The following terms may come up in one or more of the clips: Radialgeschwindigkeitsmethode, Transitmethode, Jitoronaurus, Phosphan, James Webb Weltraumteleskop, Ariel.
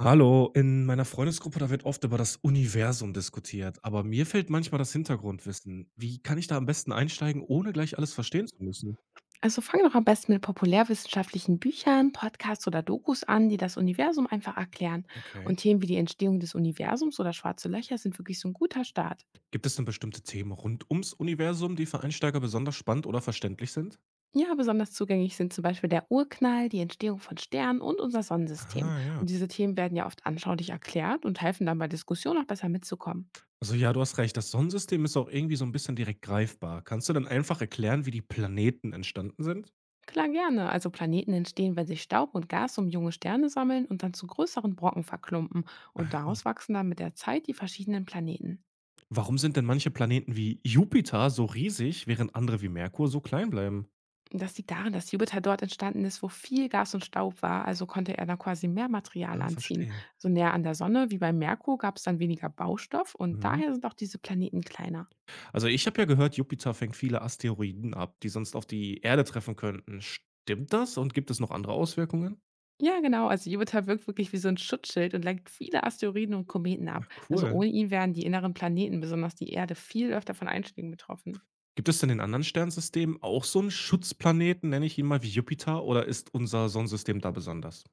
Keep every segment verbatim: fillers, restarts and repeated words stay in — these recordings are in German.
Hallo, in meiner Freundesgruppe, da wird oft über das Universum diskutiert, aber mir fehlt manchmal das Hintergrundwissen. Wie kann ich da am besten einsteigen, ohne gleich alles verstehen zu müssen? Also fang doch am besten mit populärwissenschaftlichen Büchern, Podcasts oder Dokus an, die das Universum einfach erklären. Okay. Und Themen wie die Entstehung des Universums oder schwarze Löcher sind wirklich so ein guter Start. Gibt es denn bestimmte Themen rund ums Universum, die für Einsteiger besonders spannend oder verständlich sind? Ja, besonders zugänglich sind zum Beispiel der Urknall, die Entstehung von Sternen und unser Sonnensystem. Aha, ja. Und diese Themen werden ja oft anschaulich erklärt und helfen dann bei Diskussionen auch besser mitzukommen. Also ja, du hast recht, das Sonnensystem ist auch irgendwie so ein bisschen direkt greifbar. Kannst du denn einfach erklären, wie die Planeten entstanden sind? Klar gerne. Also Planeten entstehen, wenn sich Staub und Gas um junge Sterne sammeln und dann zu größeren Brocken verklumpen. Und Aha. daraus wachsen dann mit der Zeit die verschiedenen Planeten. Warum sind denn manche Planeten wie Jupiter so riesig, während andere wie Merkur so klein bleiben? Das liegt daran, dass Jupiter dort entstanden ist, wo viel Gas und Staub war, also konnte er da quasi mehr Material Ah, anziehen. verstehe. So näher an der Sonne wie bei Merkur gab es dann weniger Baustoff und Mhm. daher sind auch diese Planeten kleiner. Also, ich habe ja gehört, Jupiter fängt viele Asteroiden ab, die sonst auf die Erde treffen könnten. Stimmt das und gibt es noch andere Auswirkungen? Ja, genau, also Jupiter wirkt wirklich wie so ein Schutzschild und lenkt viele Asteroiden und Kometen Ja, ab. Also cool. ohne ihn wären die inneren Planeten, besonders die Erde, viel öfter von Einschlägen betroffen. Gibt es denn in anderen Sternsystemen auch so einen Schutzplaneten, nenne ich ihn mal, wie Jupiter, oder ist unser Sonnensystem da besonders?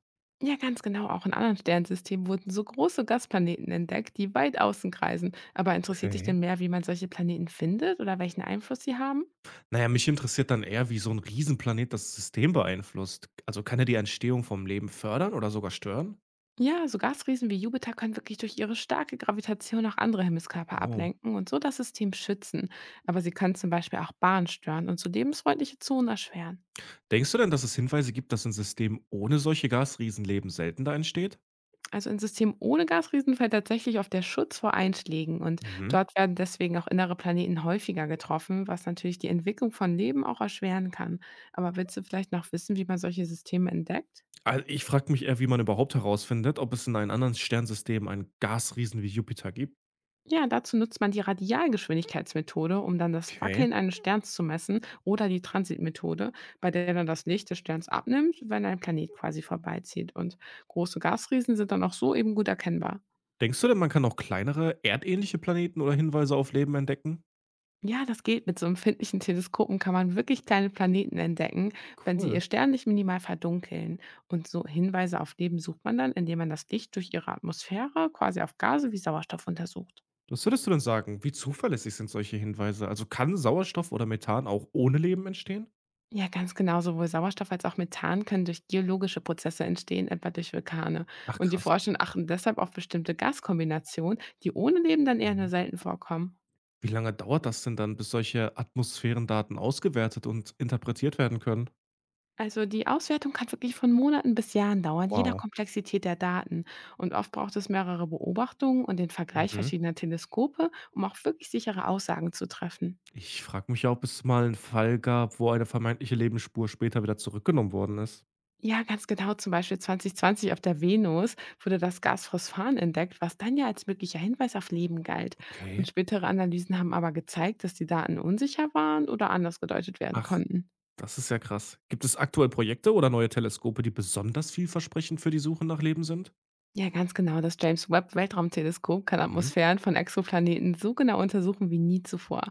Ja, ganz genau, auch in anderen Sternsystemen wurden so große Gasplaneten entdeckt, die weit außen kreisen. Aber interessiert dich Okay. denn mehr, wie man solche Planeten findet oder welchen Einfluss sie haben? Naja, mich interessiert dann eher, wie so ein Riesenplanet das System beeinflusst. Also kann er die Entstehung vom Leben fördern oder sogar stören? Ja, so Gasriesen wie Jupiter können wirklich durch ihre starke Gravitation auch andere Himmelskörper Oh. ablenken und so das System schützen. Aber sie können zum Beispiel auch Bahnen stören und so lebensfreundliche Zonen erschweren. Denkst du denn, dass es Hinweise gibt, dass in Systemen ohne solche Gasriesen Leben seltener entsteht? Also ein System ohne Gasriesen fällt tatsächlich auf der Schutz vor Einschlägen und Mhm. dort werden deswegen auch innere Planeten häufiger getroffen, was natürlich die Entwicklung von Leben auch erschweren kann. Aber willst du vielleicht noch wissen, wie man solche Systeme entdeckt? Also, ich frage mich eher, wie man überhaupt herausfindet, ob es in einem anderen Sternsystem einen Gasriesen wie Jupiter gibt. Ja, dazu nutzt man die Radialgeschwindigkeitsmethode, um dann das Okay. Wackeln eines Sterns zu messen, oder die Transitmethode, bei der dann das Licht des Sterns abnimmt, wenn ein Planet quasi vorbeizieht. Und große Gasriesen sind dann auch so eben gut erkennbar. Denkst du denn, man kann auch kleinere, erdähnliche Planeten oder Hinweise auf Leben entdecken? Ja, das geht. Mit so empfindlichen Teleskopen kann man wirklich kleine Planeten entdecken, wenn sie Cool. ihr Stern nicht minimal verdunkeln. Und so Hinweise auf Leben sucht man dann, indem man das Licht durch ihre Atmosphäre quasi auf Gase wie Sauerstoff untersucht. Was würdest du denn sagen? Wie zuverlässig sind solche Hinweise? Also kann Sauerstoff oder Methan auch ohne Leben entstehen? Ja, ganz genau. Sowohl Sauerstoff als auch Methan können durch geologische Prozesse entstehen, etwa durch Vulkane. Ach Und die krass. Forschenden achten deshalb auf bestimmte Gaskombinationen, die ohne Leben dann eher nur Mhm. selten vorkommen. Wie lange dauert das denn dann, bis solche Atmosphärendaten ausgewertet und interpretiert werden können? Also die Auswertung kann wirklich von Monaten bis Jahren dauern, je nach Wow. Komplexität der Daten. Und oft braucht es mehrere Beobachtungen und den Vergleich Mhm. verschiedener Teleskope, um auch wirklich sichere Aussagen zu treffen. Ich frage mich ja, ob es mal einen Fall gab, wo eine vermeintliche Lebensspur später wieder zurückgenommen worden ist. Ja, ganz genau. Zum Beispiel zwanzig zwanzig auf der Venus wurde das Gas Phosphan entdeckt, was dann ja als möglicher Hinweis auf Leben galt. Okay. Und spätere Analysen haben aber gezeigt, dass die Daten unsicher waren oder anders gedeutet werden Ach, konnten. das ist ja krass. Gibt es aktuell Projekte oder neue Teleskope, die besonders vielversprechend für die Suche nach Leben sind? Ja, ganz genau. Das James Webb Weltraumteleskop kann Mhm. Atmosphären von Exoplaneten so genau untersuchen wie nie zuvor.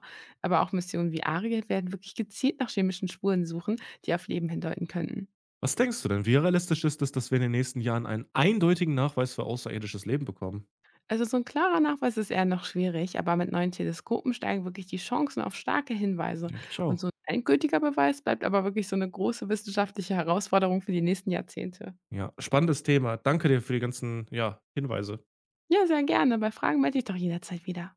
Aber auch Missionen wie Ariel werden wirklich gezielt nach chemischen Spuren suchen, die auf Leben hindeuten könnten. Was denkst du denn? Wie realistisch ist es, dass wir in den nächsten Jahren einen eindeutigen Nachweis für außerirdisches Leben bekommen? Also so ein klarer Nachweis ist eher noch schwierig, aber mit neuen Teleskopen steigen wirklich die Chancen auf starke Hinweise. Denke ich Und auch. so ein endgültiger Beweis bleibt aber wirklich so eine große wissenschaftliche Herausforderung für die nächsten Jahrzehnte. Ja, spannendes Thema. Danke dir für die ganzen ja, Hinweise. Ja, sehr gerne. Bei Fragen melde dich doch jederzeit wieder.